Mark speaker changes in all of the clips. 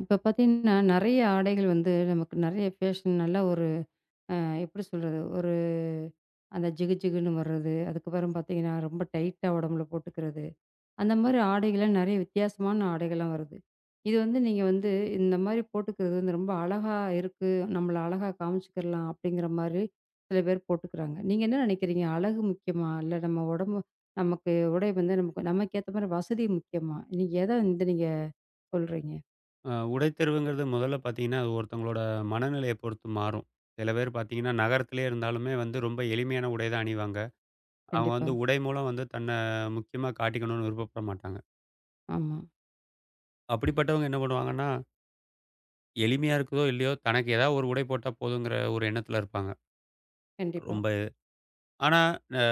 Speaker 1: இப்ப பார்த்தீங்கன்னா, நெறைய ஆடைகள் வந்து நமக்கு நெறைய ஃபேஷன் நல்ல ஒரு எப்படி சொல்றது? ஒரு அந்த ஜிகு ஜிகுன்னு வர்றது, அதுக்கப்புறம் பார்த்தீங்கன்னா, ரொம்ப டைட்டா உடம்புல போட்டுக்கிறது. அந்த மாரி ஆடைகள்லாம் நெறைய வித்தியாசமான ஆடைகள்லாம் வருது. இது வந்து நீங்க வந்து இந்த மாரி போட்டுக்கிறது வந்து ரொம்ப அழகா இருக்கு. நம்மள அழகா காமிச்சுக்கிறலாம் அப்படிங்கிற மாரி சில பேர் போட்டுக்கிறாங்க. நீங்க என்ன நெனைக்கிறீங்க? அழகு முக்கியமா? இல்ல நம்ம உடம்பு நமக்கு உடை வந்து நமக்கு நமக்கு ஏத்த மாரி வசதி முக்கியமா? நீங்க எத வந்து நீங்க சொல்றீங்க?
Speaker 2: உடைத்தேர்வுங்கிறது முதல்ல பார்த்தீங்கன்னா, அது ஒருத்தவங்களோட மனநிலைய பொறுத்து மாறும். சில பேர் பார்த்தீங்கன்னா, நகரத்திலேயே இருந்தாலுமே வந்து ரொம்ப எளிமையான உடை தான் அணிவாங்க. அவங்க
Speaker 1: கண்டிப்பா.
Speaker 2: வந்து உடை மூலம் வந்து தன்னை முக்கியமா காட்டிக்கணும்னு விருப்பப்பட மாட்டாங்க.
Speaker 1: ஆமா.
Speaker 2: அப்படிப்பட்டவங்க என்ன பண்ணுவாங்கன்னா, எளிமையா இருக்குதோ இல்லையோ தனக்கு ஏதாவது ஒரு உடை போட்டா போதுங்கிற ஒரு எண்ணத்தில இருப்பாங்க.
Speaker 1: கண்டிப்பா.
Speaker 2: ரொம்ப ஆனா, அ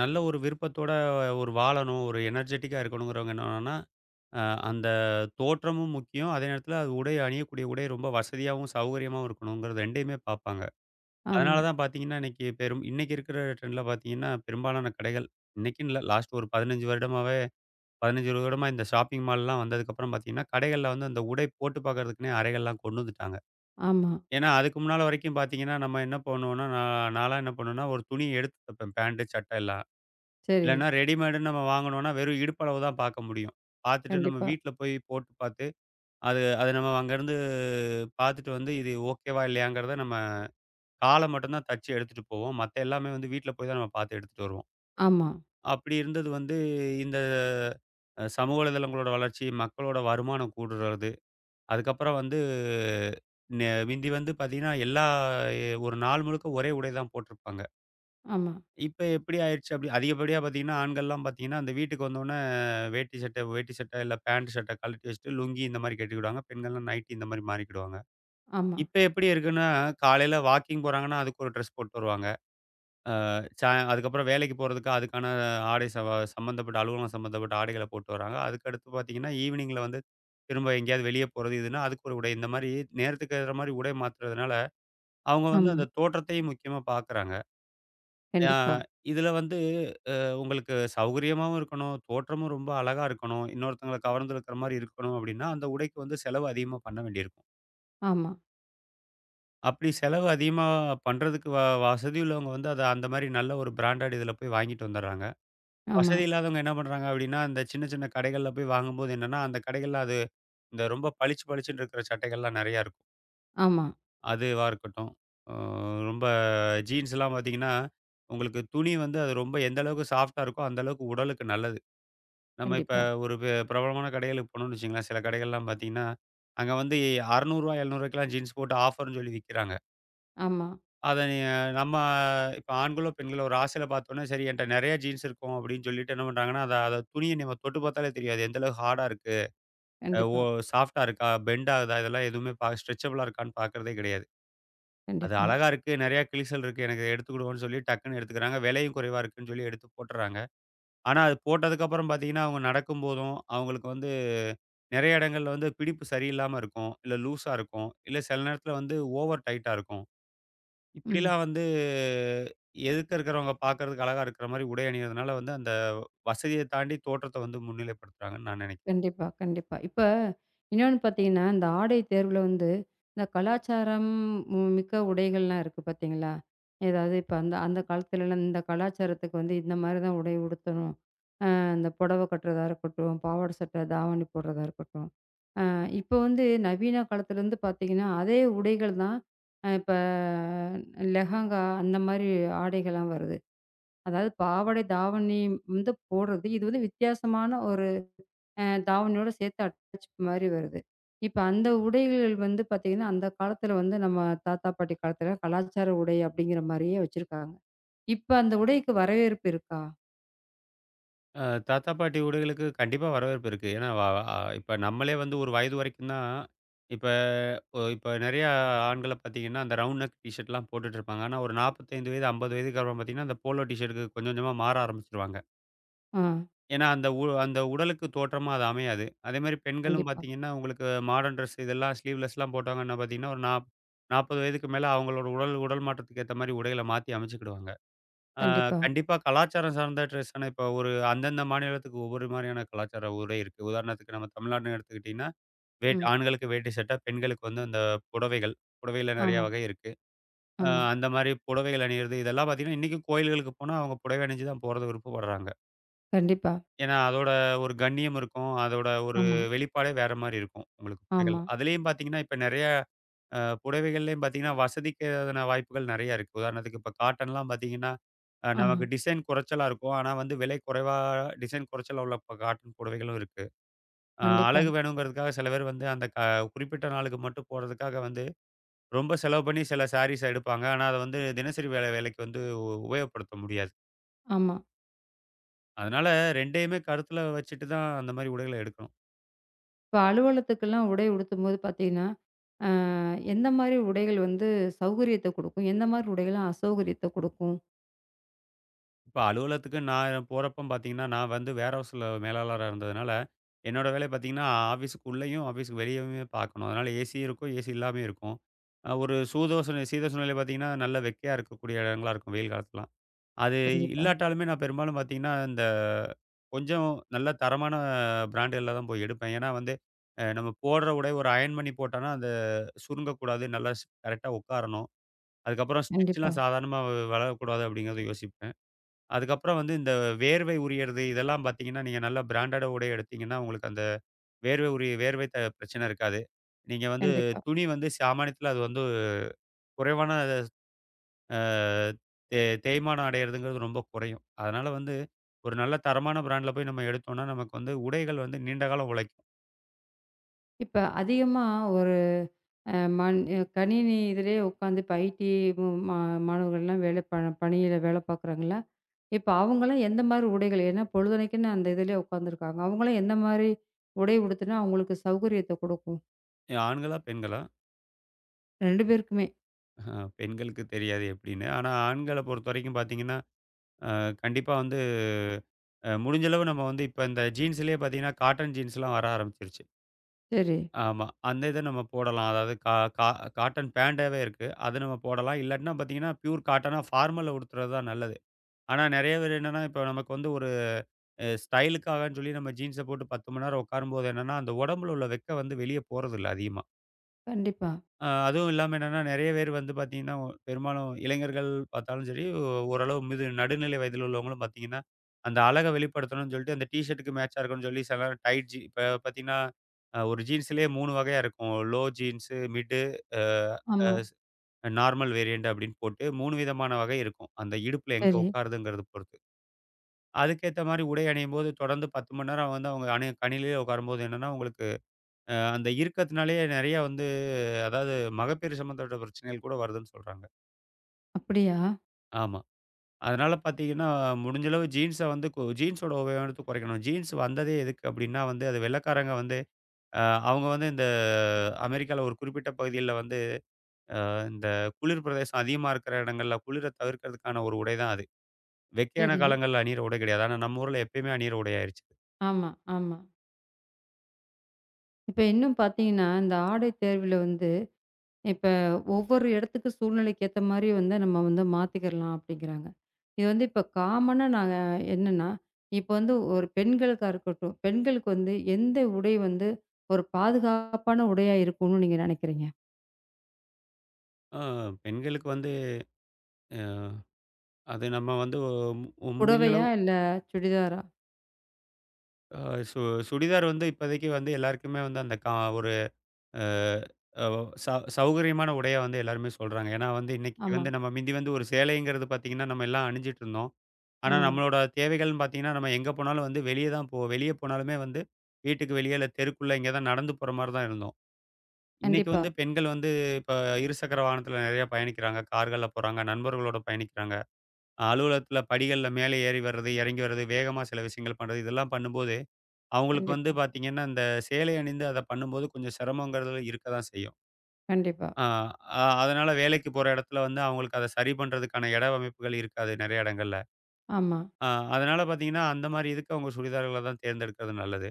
Speaker 2: நல்ல ஒரு விருப்பத்தோட ஒரு வாழணும், ஒரு எனர்ஜெட்டிக்கா இருக்கணுங்கிறவங்க என்ன பண்ணணும்னா, அ அந்த தோற்றமும் முக்கியம். அதே நேரத்தில அது உடை அணியக்கூடிய உடை ரொம்ப வசதியாவும், சௌகரியமாவும் இருக்கணுங்கிறது 2யுமே பார்ப்பாங்க.
Speaker 1: ஆமா,
Speaker 2: அதனால தான் பார்த்தீங்கன்னா, இன்னைக்கு இருக்கிற ட்ரெண்ட்ல பார்த்தீங்கன்னா, பெரும்பாலான கடைகள் இன்னைக்குன்னு இல்ல லாஸ்ட் ஒரு 15 வருடமாவே 15, 20 வருடமா இந்த ஷாப்பிங் மால்லாம் வந்ததுக்கப்புறம் பார்த்தீங்கன்னா, கடைகள்ல வந்து அந்த உடை போட்டு பார்க்கறதுக்குன்னே அறைகள்லாம் கொண்டு வந்துட்டாங்க.
Speaker 1: ஆமா.
Speaker 2: ஏன்னா, அதுக்கு முன்னால வரைக்கும் பார்த்தீங்கன்னா, நம்ம என்ன பண்ணுவோம்னா, நான் நான்லாம் என்ன பண்ணுவேன்னா, ஒரு துணிய எடுத்து தப்பேன் பேண்ட், சட்டை எல்லாம்.
Speaker 1: சரி.
Speaker 2: இல்லன்னா ரெடிமேடுன்னு நம்ம வாங்கணும்னா, வெறும் இடுப்பளவு தான் பார்க்க முடியும். பார்த்துட்டு நம்ம
Speaker 1: கண்டிப்பா.
Speaker 2: வீட்ல போய் போட்டு பார்த்து, அது அது நம்ம அங்கருந்து பார்த்துட்டு வந்து இது ஓகேவா? இல்லையாங்கிறத நம்ம கால மட்டும் தான் தச்சு எடுத்துட்டு போவோம். மத்த எல்லாமே வந்து வீட்ல போய் தான் நம்ம பார்த்து எடுத்துட்டு வருவோம்.
Speaker 1: ஆமா,
Speaker 2: அப்படி இருந்தது வந்து இந்த சமூக வலைதளங்களோட வளர்ச்சி, மக்களோட வருமானம் கூடுறது, அதுக்கப்புறம் வந்து மிந்தி வந்து பார்த்தீங்கன்னா, எல்லா எ ஒரு நாள் முழுக்க ஒரே உடை தான் போட்டிருப்பாங்க.
Speaker 1: ஆமா,
Speaker 2: இப்ப எப்படி ஆயிருச்சு அப்படி அதிகப்படியா பார்த்தீங்கன்னா, ஆண்கள்லாம் பார்த்தீங்கன்னா, அந்த வீட்டுக்கு வந்தோனே வேட்டி சட்டை இல்ல பேண்ட் சட்டை கழட்டி வச்சுட்டு லுங்கி இந்த மாரி கட்டிக்கிடுவாங்க. பெண்கள்லாம் நைட்டி இந்த மாரி மாறிக்கிடுவாங்க.
Speaker 1: ஆமா,
Speaker 2: இப்ப எப்படி இருக்குன்னா, காலையில வாக்கிங் போறாங்கன்னா, அதுக்கு ஒரு ட்ரெஸ் போட்டு வருவாங்க. அதுக்கப்புறம் வேலைக்கு போறதுக்கு அதுக்கான ஆடை சம்மந்தப்பட்ட அலுவலகம் சம்மந்தப்பட்ட ஆடைகள போட்டு வராங்க. அதுக்கடுத்து பார்த்தீங்கன்னா, ஈவினிங்ல வந்து திரும்ப எங்கேயாவது வெளிய போறது இதுன்னா, அதுக்கு ஒரு உடை. இந்த மாரி நேரத்துக்கு ஏற மாரி உடை மாத்துறதுனால, அவங்க வந்து
Speaker 1: ஆமா.
Speaker 2: அந்த தோற்றத்தையும் முக்கியமா பார்க்குறாங்க. ஆ
Speaker 1: கண்டிப்பா.
Speaker 2: இதுல வந்து உங்களுக்கு சௌகரியமாவும் இருக்கணும், தோற்றமும் ரொம்ப அழகா இருக்கணும், இன்னொருத்தங்கள கவர்ந்திழுக்கிற மாரி இருக்கணும் அப்டின்னா, அந்த உடைக்கு வந்து செலவு அதிகமா பண்ண வேண்டியிருக்கும்.
Speaker 1: ஆமா,
Speaker 2: அப்படி செலவு அதிகமா பண்றதுக்கு வசதி உள்ளவங்க வந்து அந்த மாரி நல்ல ஒரு பிராண்டட் இதுல போய் வாங்கிட்டு வந்துடுறாங்க.
Speaker 1: ஆமா,
Speaker 2: வசதி இல்லாதவங்க என்ன பண்றாங்க அப்டின்னா, அந்த சின்ன சின்ன கடைகள்ல போய் வாங்கும்போது என்னன்னா, அந்த கடைகள்ல அது இந்த ரொம்ப பளிச்சு பளிச்சுன்னு இருக்கிற சட்டைகள்லாம் நெறையா இருக்கும்.
Speaker 1: ஆமா.
Speaker 2: அதுவா இருக்கட்டும். அ ரொம்ப ஜீன்ஸ்லாம் பார்த்தீங்கன்னா, உங்களுக்கு துணி வந்து அது ரொம்ப எந்த அளவுக்கு சாஃப்ட்டா இருக்கோ, அந்த அளவுக்கு உடலுக்கு நல்லது. நம்ம இப்ப
Speaker 1: கண்டிப்பா.
Speaker 2: ஒரு பிரபலமான கடைகளுக்கு போனோம்னு வச்சுக்கங்களேன், சில கடைகள்லாம் பார்த்தீங்கன்னா, அங்க வந்து ரூ. 600 ரூ. 700க்குலாம் ஜீன்ஸ் போட்டு ஆஃபர்ன்னு சொல்லி விக்கிறாங்க.
Speaker 1: ஆமா.
Speaker 2: அத நீ நம்ம இப்ப ஆண்களோ, பெண்களோ ஒரு ஆசையில பார்த்தோன்னே, "சரி என்ட்ட நெறைய ஜீன்ஸ் இருக்கும்." அப்படின்னு சொல்லிட்டு என்ன பண்றாங்கன்னா, அத அத துணிய நம்ம தொட்டு பார்த்தாலே தெரியாது. எந்த அளவு ஹார்டா இருக்கு? அ ஓ
Speaker 1: கண்டிப்பா,
Speaker 2: சாஃப்ட்டா இருக்கா? பெண்ட் ஆகுதா? இதெல்லாம் எதுவுமே ஸ்ட்ரெச்சபிளா இருக்கான்னு பார்க்கறதே கிடையாது. அது
Speaker 1: கண்டிப்பா.
Speaker 2: அழகா இருக்கு. நெறைய கிழிசல் இருக்கு. எனக்கு எடுத்துக்கிடுவோம்ன்னு சொல்லி டக்குன்னு எடுத்துக்கிறாங்க. விலையும் குறைவா இருக்குன்னு சொல்லி எடுத்து போட்டுர்றாங்க. ஆனா, அது போட்டதுக்கப்புறம் பார்த்தீங்கன்னா, அவங்க நடக்கும்போதும், அவங்களுக்கு வந்து நெறைய இடங்கள்ல வந்து பிடிப்பு சரியில்லாம இருக்கும். இல்ல லூஸா இருக்கும். இல்ல சில நேரத்துல வந்து ஓவர் டைட்டா இருக்கும்.
Speaker 1: ம்.
Speaker 2: இப்படிலாம் வந்து எதுக்க இருக்கிறவங்க பார்க்கறதுக்கு அழகா இருக்கிற மாரி உடை அணியிறதுனால வந்து, அந்த வசதிய தாண்டி தோற்றத்த வந்து முன்னிலைப்படுத்துறாங்கன்னு நான் நினைக்கிறேன்.
Speaker 1: கண்டிப்பா, கண்டிப்பா. இப்ப இன்னொன்னு பார்த்தீங்கன்னா, இந்த ஆடை தேர்வுல வந்து இந்த கலாச்சாரம் மிக்க உடைகள்லாம் இருக்கு பார்த்தீங்களா? ஏதாவது இப்ப அந்த அந்த காலத்துலலாம் இந்த கலாச்சாரத்துக்கு வந்து இந்த மாரி தான் உடை உடுத்தணும். அ இந்த புடவ கட்டுறதா இருக்கட்டும், பாவாடை சட்டை, தாவணி போடுறதா இருக்கட்டும். இப்போ வந்து நவீன காலத்துலேருந்து பார்த்தீங்கன்னா, அதே உடைகள் தான் அ இப்ப லெஹங்கா அந்த மாரி ஆடைகள்லாம் வருது. அதாவது பாவாடை, தாவணி வந்து போடுறது. இது வந்து வித்தியாசமான ஒரு அ தாவணியோட சேர்த்து அட்டாச் மாரி வருது. இப்ப அந்த உடைகள் வந்து பார்த்தீங்கன்னா, அந்த காலத்துல வந்து நம்ம தாத்தா, பாட்டி காலத்துல கலாச்சார உடை அப்படிங்கிற மாரியே வச்சிருக்காங்க. இப்ப அந்த உடைக்கு வரவேற்பு இருக்கா?
Speaker 2: அ தாத்தா, பாட்டி உடைகளுக்கு கண்டிப்பா வரவேற்பு இருக்கு. ஏன்னா வ அ இப்ப நம்மளே வந்து ஒரு வயது வரைக்கும் தான் இப்ப இப்ப நெறையா ஆண்கள பார்த்தீங்கன்னா, அந்த ரவுண்ட் நெக் டீ ஷர்ட்லாம் போட்டுட்டு இருப்பாங்க. ஆனா ஒரு 45 வயது, 50 வயதுக்கு அப்புறம் பார்த்தீங்கன்னா, அந்த போலோ டீ ஷர்ட்டுக்கு கொஞ்சம் கொஞ்சமா மாற ஆரம்பிச்சுருவாங்க.
Speaker 1: ஆ
Speaker 2: ஏன்னா, அந்த உடலுக்கு தோற்றமா அது அமையாது. அதேமாரி பெண்களும்
Speaker 1: கண்டிப்பா,
Speaker 2: பார்த்தீங்கன்னா, உங்களுக்கு மாடர்ன் ட்ரெஸ் இதெல்லாம் ஸ்லீவ்லெஸ்லாம் போட்டாங்கன்னா பார்த்தீங்கன்னா, ஒரு 40 வயதுக்கு மேல அவங்களோட உடல் உடல் மாற்றத்துக்கு ஏத்த மாரி உடைகள மாத்தி அமைச்சுக்கிடுவாங்க. ஆ
Speaker 1: கண்டிப்பா.
Speaker 2: கண்டிப்பா கலாச்சாரம் சார்ந்த ட்ரெஸ்ஸான இப்போ ஒரு அந்தந்த மாநிலத்துக்கு ஒவ்வொரு மாரியான கலாச்சார உடை இருக்கு. உதாரணத்துக்கு நம்ம தமிழ்நாடுன்னு எடுத்துக்கிட்டீங்கன்னா,
Speaker 1: ம்.
Speaker 2: ஆண்களுக்கு வேட்டி சட்டை, பெண்களுக்கு வந்து அந்த புடவைகள். புடவையில நெறைய
Speaker 1: ஆமா,
Speaker 2: வகை இருக்கு.
Speaker 1: ஆமா.
Speaker 2: அந்த மாரி புடவைகள் அணியிறது இதெல்லாம் பார்த்தீங்கன்னா, இன்னைக்கும் கோயில்களுக்கு போனா அவங்க புடவை அணிஞ்சு தான் போறது விருப்பப்படுறாங்க.
Speaker 1: கண்டிப்பா.
Speaker 2: ஏன்னா, அதோட ஒரு கண்ணியம் இருக்கும். அதோட ஒரு
Speaker 1: ஆமா,
Speaker 2: வெளிப்பாடே வேற மாரி இருக்கும். உங்களுக்கு புடவைகள்.
Speaker 1: ஆமா,
Speaker 2: அதிலேயும் பார்த்தீங்கன்னா, இப்ப நெறைய புடவைகள்லயும் பார்த்தீங்கன்னா, வசதிக்கான வாய்ப்புகள் நெறைய இருக்கு. உதாரணத்துக்கு இப்ப காட்டன்லாம் பார்த்தீங்கன்னா,
Speaker 1: ஆமா.
Speaker 2: நமக்கு டிசைன் குறைச்சலா இருக்கும். ஆனா வந்து விலை குறைவா டிசைன் குறைச்சலா உள்ள இப்ப காட்டன் புடவைகளும் இருக்கு.
Speaker 1: கண்டிப்பா.
Speaker 2: அழகு வேணுங்கிறதுக்காக சில பேர் வந்து அந்த குறிப்பிட்ட நாளுக்கு மட்டும் போடுறதுக்காக வந்து ரொம்ப செலவு பண்ணி சில சாரீஸ எடுப்பாங்க. ஆனா, அத வந்து தினசரி வேலைக்கு வந்து உபயோகப்படுத்த முடியாது.
Speaker 1: ஆமா.
Speaker 2: அதனால 2யுமே கருத்துல வச்சுட்டு தான் அந்த மாரி உடைகள எடுக்கணும்.
Speaker 1: இப்ப அலுவலகத்துக்கெல்லாம் உடை உடுத்தும்போது பார்த்தீங்கன்னா, அ எந்த மாரி உடைகள் வந்து சௌகரியத்த குடுக்கும்? எந்த மாரி உடைகள்லாம் அசௌகரியத்த குடுக்கும்?
Speaker 2: இப்ப அலுவலகத்துக்கு நான் போறப்ப பார்த்தீங்கன்னா, நான் வந்து வேர் ஹவுஸ்ல மேலாளரா இருந்ததுனால, என்னோட வேலை பார்த்தீங்கன்னா, ஆஃபீஸுக்கு உள்ளேயும், ஆஃபீஸுக்கு வெளியவுமே பார்க்கணும். அதனால ஏசி இருக்கும், ஏசி இல்லாமயும் இருக்கும். ஒரு சீதோஷண நிலை பார்த்தீங்கன்னா, நல்ல வெக்கையா இருக்கக்கூடிய இடங்களா இருக்கும் வெயில் காலத்துலலாம். அது
Speaker 1: கண்டிப்பா,
Speaker 2: இல்லாட்டாலுமே நான் பெரும்பாலும் பார்த்தீங்கன்னா, இந்த கொஞ்சம் நல்ல தரமான பிராண்டுகள்ல தான் போய் எடுப்பேன். ஏன்னா வந்து, நம்ம போடுற உடைய ஒரு அயர்ன் பண்ணி போட்டோம்னா, அந்த சுருங்கக்கூடாது. நல்லா கரெக்ட்டா உட்காரணும். அதுக்கப்புறம்
Speaker 1: கண்டிப்பா,
Speaker 2: ஸ்டிச்லாம் சாதாரணமா வளரக்கூடாது அப்படிங்கிறத யோசிப்பேன். அதுக்கப்புறம் வந்து இந்த வேர்வை உரியறது இதெல்லாம் பார்த்தீங்கன்னா, நீங்க நல்ல பிராண்டட் உடை எடுத்தீங்கன்னா, உங்களுக்கு அந்த வேர்வை பிரச்சனை இருக்காது. நீங்க வந்து
Speaker 1: கண்டிப்பா.
Speaker 2: துணி வந்து சாமானியத்துல அது வந்து குறைவான அ தே தேய்மானம் அடையறதுங்கிறது ரொம்ப குறையும். அதனால வந்து ஒரு நல்ல தரமான பிராண்ட்ல போய் நம்ம எடுத்தோம்னா, நமக்கு வந்து உடைகள் வந்து நீண்ட காலம் உழைக்கும்.
Speaker 1: இப்ப அதிகமா ஒரு அ மண் கணினி இதிலேயே உட்காந்து இப்ப ஐடி மு மா மாணவர்கள்லாம் வேலை ப பணியில வேலை பார்க்குறாங்கல்ல, இப்ப அவங்கலாம் எந்த மாரி உடைகள்? ஏன்னா பொழுதன்னைக்குன்னு அந்த இதிலேயே உட்காந்துருக்காங்க. அவங்கலாம் எந்த மாரி உடை உடுத்துனா அவங்களுக்கு சௌகரியத்த குடுக்கும்?
Speaker 2: ஆண்களா? பெண்களா?
Speaker 1: 2 பேருக்குமே.
Speaker 2: பெண்களுக்கு தெரியாது எப்படின்னு. ஆனா ஆண்கள பொறுத்தவரைக்கும் பார்த்தீங்கன்னா, அ கண்டிப்பா வந்து முடிஞ்ச அளவு நம்ம வந்து இப்ப இந்த ஜீன்ஸ்லயே பார்த்தீங்கன்னா, காட்டன் ஜீன்ஸ்லாம் வர ஆரம்பிச்சிருச்சு.
Speaker 1: சரி.
Speaker 2: ஆமா. அந்த இத நம்ம போடலாம். அதாவது கா கா காட்டன் பேண்டாவே இருக்கு. அது நம்ம போடலாம். இல்லாட்டினா பார்த்தீங்கன்னா, பியூர் காட்டனா ஃபார்மல்ல உடுத்துறது தான் நல்லது. ஆனா நெறைய பேர் என்னன்னா, இப்ப நமக்கு வந்து ஒரு ஸ்டைலுக்காகன்னு சொல்லி நம்ம ஜீன்ஸ போட்டு 10 மணி நேரம் உட்காரும்போது என்னன்னா, அந்த உடம்புல உள்ள வெக்க வந்து வெளிய போறதில்ல அதிகமா.
Speaker 1: கண்டிப்பா.
Speaker 2: அதுவும் இல்லாம என்னன்னா, நெறைய பேர் வந்து பார்த்தீங்கன்னா, பெரும்பாலும் இளைஞர்கள் பார்த்தாலும் சரி, ஓரளவு நடுநிலை வயதில் உள்ளவங்களும் பார்த்தீங்கன்னா, அந்த அழக வெளிப்படுத்தணும்னு சொல்லிட்டு, அந்த டீ ஷர்ட்டுக்கு மேட்சா இருக்கும்னு சொல்லி சில நேரம் டைட் ஜீ இப்ப பார்த்தீங்கன்னா, ஒரு ஜீன்ஸ்லேயே 3 வகையா இருக்கும். லோ ஜீன்ஸு, மிட்டு அ அ
Speaker 1: ஆமா.
Speaker 2: ஸ் நார்மல் வேரியன்ட் அப்படின்னு போட்டு 3 விதமான வகை இருக்கும். அந்த இடுப்புல எங்க
Speaker 1: சரி.
Speaker 2: உட்காருதுங்கிறத பொறுத்து. அதுக்கேத்த மாரி உடை அணியும்போது தொடர்ந்து 10 மணி நேரம் வந்து அவங்க கணினியிலேயே உட்காரும்போது என்னன்னா, உங்களுக்கு அந்த இருக்கத்தினாலேயே நெறைய வந்து அதாவது மகப்பேறு சம்மந்தப்பட்ட பிரச்சனைகள் கூட வருதுன்னு சொல்றாங்க.
Speaker 1: அப்படியா?
Speaker 2: ஆமா. அதனால பார்த்தீங்கன்னா, முடிஞ்ச அளவு ஜீன்ஸ வந்து ஜீன்ஸோட உபயோகத்த குறைக்கணும். ஜீன்ஸ் வந்ததே எதுக்கு அப்டின்னா வந்து, அது வெள்ளைக்காரங்க வந்து அ அவங்க வந்து இந்த அமெரிக்கால ஒரு குறிப்பிட்ட பகுதிகள்ல வந்து இந்த குளிர் பிரதேசம் அதிகமா இருக்கிற இடங்கள்ல குளிர தவிர்க்கிறதுக்கான ஒரு உடை தான் அது. வெக்கையான
Speaker 1: சரி.
Speaker 2: காலங்கள்ல அணியிற உடை கிடையாது. ஆனா நம்ம ஊர்ல எப்பயுமே அணியிற உடை ஆயிருச்சு.
Speaker 1: ஆமா, ஆமா. இப்ப இன்னும் பார்த்தீங்கன்னா, இந்த ஆடை தேர்வுல வந்து, இப்ப ஒவ்வொரு இடத்துக்கு சூழ்நிலைக்கு ஏத்த மாரி வந்து நம்ம வந்து மாத்திக்கிரலாம் அப்டிங்கிறாங்க. இது வந்து இப்ப காமனா நாங்க என்னன்னா, இப்ப வந்து ஒரு பெண்களுக்கா இருக்கட்டும், பெண்களுக்கு வந்து எந்த உடை வந்து ஒரு பாதுகாப்பான உடையா இருக்கும்னு நீங்க நெனைக்கிறீங்க?
Speaker 2: ஆ பெண்களுக்கு வந்து அ அது நம்ம வந்து முடிஞ்ச
Speaker 1: புடவையா?
Speaker 2: அளவு
Speaker 1: இல்ல சுடிதாரா?
Speaker 2: அ சு சுடிதார் வந்து இப்போதைக்கு வந்து எல்லாருக்குமே வந்து அந்த கா அ அ ச சௌகரியமான உடையா வந்து எல்லாருமே சொல்றாங்க. ஏன்னா வந்து இன்னைக்கு
Speaker 1: ஆமா,
Speaker 2: வந்து நம்ம மிந்தி வந்து ஒரு சேலைங்கிறது பார்த்தீங்கன்னா, நம்ம எல்லாம் அணிஞ்சிட்டு இருந்தோம். ஆனா
Speaker 1: ஆமா.
Speaker 2: நம்மளோட தேவைகள்னு பார்த்தீங்கன்னா, நம்ம எங்க போனாலும் வந்து வெளிய தான் போவோம். வெளிய போனாலுமே வந்து வீட்டுக்கு வெளிய இல்ல தெருக்குள்ள இங்க தான் நடந்து போற மாரி தான் இருந்தோம். இன்னைக்கு
Speaker 1: கண்டிப்பா,
Speaker 2: வந்து பெண்கள் வந்து இப்ப இருசக்கர வாகனத்துல நெறைய பயணிக்கிறாங்க. கார்கள்ல போறாங்க, நண்பர்களோட பயணிக்கிறாங்க. அலுவலகத்துல படிகள்ல மேலே ஏறி வர்றது, இறங்கி வர்றது, வேகமா சில விஷயங்கள் பண்றது, இதெல்லாம் பண்ணும்போது, அவங்களுக்கு வந்து
Speaker 1: கண்டிப்பா,
Speaker 2: பார்த்தீங்கன்னா, இந்த சேலை அணிந்து அத பண்ணும்போது கொஞ்சம் சிரமங்கிறது இருக்க தான் செய்யும்.
Speaker 1: கண்டிப்பா.
Speaker 2: ஆ, அ அதனால வேலைக்கு போற இடத்துல வந்து அவங்களுக்கு அத சரி பண்றதுக்கான இட அமைப்புகள் இருக்காது நெறைய இடங்கள்ல.
Speaker 1: ஆமா,
Speaker 2: அ அதனால பார்த்தீங்கன்னா, அந்த மாரி இதுக்கு அவங்க சுடிதார்கள தான் தேர்ந்தெடுக்கிறது நல்லது.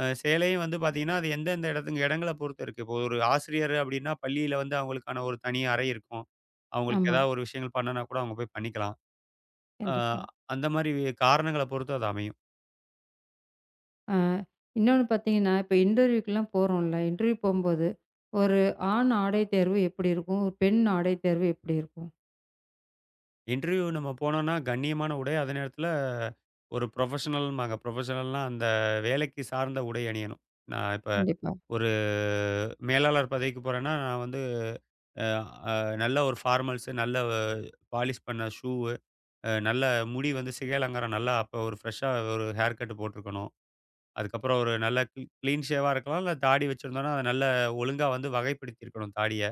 Speaker 2: சேலையும் வந்து பார்த்தீங்கன்னா, அது எந்தெந்த இடங்கள பொறுத்து இருக்கு. இப்போ ஒரு ஆசிரியர் அப்படின்னா, பள்ளியில வந்து அவங்களுக்கான ஒரு தனி அறை இருக்கும். அவங்களுக்கு
Speaker 1: ஆமா.
Speaker 2: ஏதாவது ஒரு விஷயங்கள் பண்ணனா கூட அவங்க போய் பண்ணிக்கலாம். அ
Speaker 1: கண்டிப்பா.
Speaker 2: அந்த மாரி காரணங்கள பொறுத்து அது அமையும்.
Speaker 1: ஆ இன்னொன்னு பார்த்தீங்கன்னா, இப்ப இன்டர்வியூக்குலாம் போறோம்ல. இன்டர்வியூ போம்போது, ஒரு ஆண் ஆடை தேர்வு எப்படி இருக்கும்? ஒரு பெண் ஆடை தேர்வு எப்படி இருக்கும்?
Speaker 2: இன்டர்வியூ நம்ம போனோம்னா, கண்ணியமான உடை அதே நேரத்தில ஒரு ப்ரொஃபஷனல்ம்பாங்க. ப்ரொஃபஷனல்னா அந்த வேலைக்கு சார்ந்த உடை அணியணும். நான் இப்ப
Speaker 1: கண்டிப்பா.
Speaker 2: ஒரு மேலாளர் பதவிக்கு போறேன்னா, நான் வந்து அ அ நல்ல ஒரு ஃபார்மல்ஸு, நல்ல பாலிஷ் பண்ண ஷூவு, நல்ல முடி வந்து சிகை அலங்காரம் நல்லா அப்போ ஒரு ஃப்ரெஷ்ஷா ஒரு ஹேர் கட் போட்டுருக்கணும். அதுக்கப்புறம் ஒரு நல்ல க்ளீன் ஷேவா இருக்கலாம். இல்ல தாடி வச்சிருந்தோம்னா, அத நல்ல ஒழுங்கா வந்து வகைப்படுத்தியிருக்கணும் தாடிய.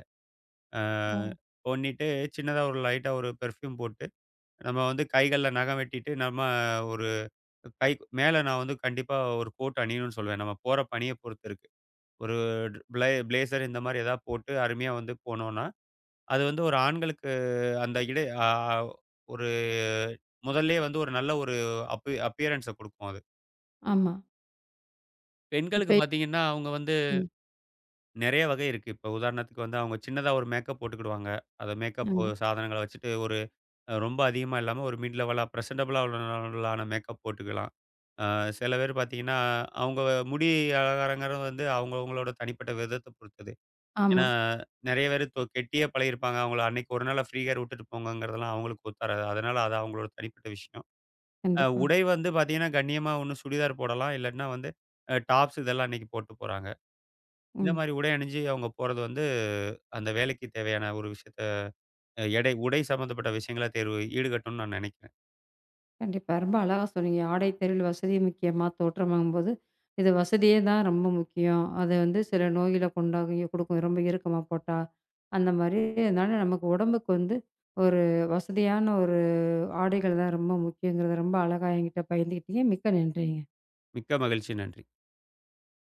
Speaker 2: அ
Speaker 1: ம்.
Speaker 2: பண்ணிட்டு சின்னதா ஒரு லைட்டா ஒரு பெர்ஃப்யூம் போட்டு, நம்ம வந்து கைகள்ல நகம் வெட்டிட்டு, நம்ம ஒரு கை மேல நான் வந்து கண்டிப்பா ஒரு கோட் அணியணும்னு சொல்லுவேன். நம்ம போற பணிய பொறுத்து இருக்கு. ஒரு பிளேசர் இந்த மாரி ஏதாவது போட்டு அருமையா வந்து போனோம்னா, அது வந்து ஒரு ஆண்களுக்கு அந்த இடை ஆ ஒரு முதல்லயே வந்து ஒரு நல்ல ஒரு அப்பியரன்ஸ குடுக்கும் அது.
Speaker 1: ஆமா.
Speaker 2: பெண்களுக்கு
Speaker 1: இப்ப
Speaker 2: பார்த்தீங்கன்னா, அவங்க வந்து
Speaker 1: ம்.
Speaker 2: நெறைய வகை இருக்கு. இப்போ உதாரணத்துக்கு வந்து அவங்க சின்னதா ஒரு மேக்கப் போட்டுக்கிடுவாங்க. அத மேக்கப்
Speaker 1: ஆமா,
Speaker 2: சாதனங்கள வச்சுட்டு ஒரு ரொம்ப அதிகமா இல்லாம ஒரு மிட் லெவலா பிரசன்டபிளா உள்ளன மேக்கப் போட்டுக்கலாம். ஆ சில பேர் பார்த்தீங்கன்னா, அவங்க முடி அலங்காரங்கிறது வந்து அவங்கவங்களோட தனிப்பட்ட விதத்த பொறுத்தது. ஏன்னா,
Speaker 1: ஆமா.
Speaker 2: நெறைய பேரு கெட்டியே பழகியிருப்பாங்க. அவங்கள அன்னைக்கு ஒரு நாள்ல ஃப்ரீயா விட்டுட்டு போங்கங்கிறதெல்லாம் அவங்களுக்கு ஒத்தாராது. அதனால அது அவங்களோட தனிப்பட்ட விஷயம்.
Speaker 1: கண்டிப்பா.
Speaker 2: உடை வந்து பார்த்தீங்கன்னா, கண்ணியமா ஒண்ணு சுடிதார் போடலாம். இல்லாட்டினா வந்து டாப்ஸ் இதெல்லாம் அன்னைக்கு போட்டு போறாங்க. இந்த
Speaker 1: ம்.
Speaker 2: மாரி உடை அணிஞ்சு அவங்க போறது வந்து, அந்த வேலைக்கு தேவையான ஒரு விஷயத்த எடை உடை சம்மந்தப்பட்ட விஷயங்கள தேர்வு ஈடுகட்டும்னு நான் நெனைக்கிறேன்.
Speaker 1: கண்டிப்பா. ரொம்ப அழகா சொன்னீங்க. ஆடை தேர்வில் வசதி முக்கியமா? தோற்றமாகும்போது, இது வசதியே தான் ரொம்ப முக்கியம். அது வந்து சில நோயில கொண்டாகி கொடுக்கும். ரொம்ப இறுக்கமா போட்டா, அந்த மாரி. அதனால நமக்கு உடம்புக்கு வந்து ஒரு வசதியான ஒரு ஆடைகள் தான் ரொம்ப முக்கியங்கிறத ரொம்ப அழகா என்கிட்ட பகிர்ந்துக்கிட்டீங்க. மிக்க நன்றிங்க.
Speaker 2: மிக்க மகிழ்ச்சி. நன்றி.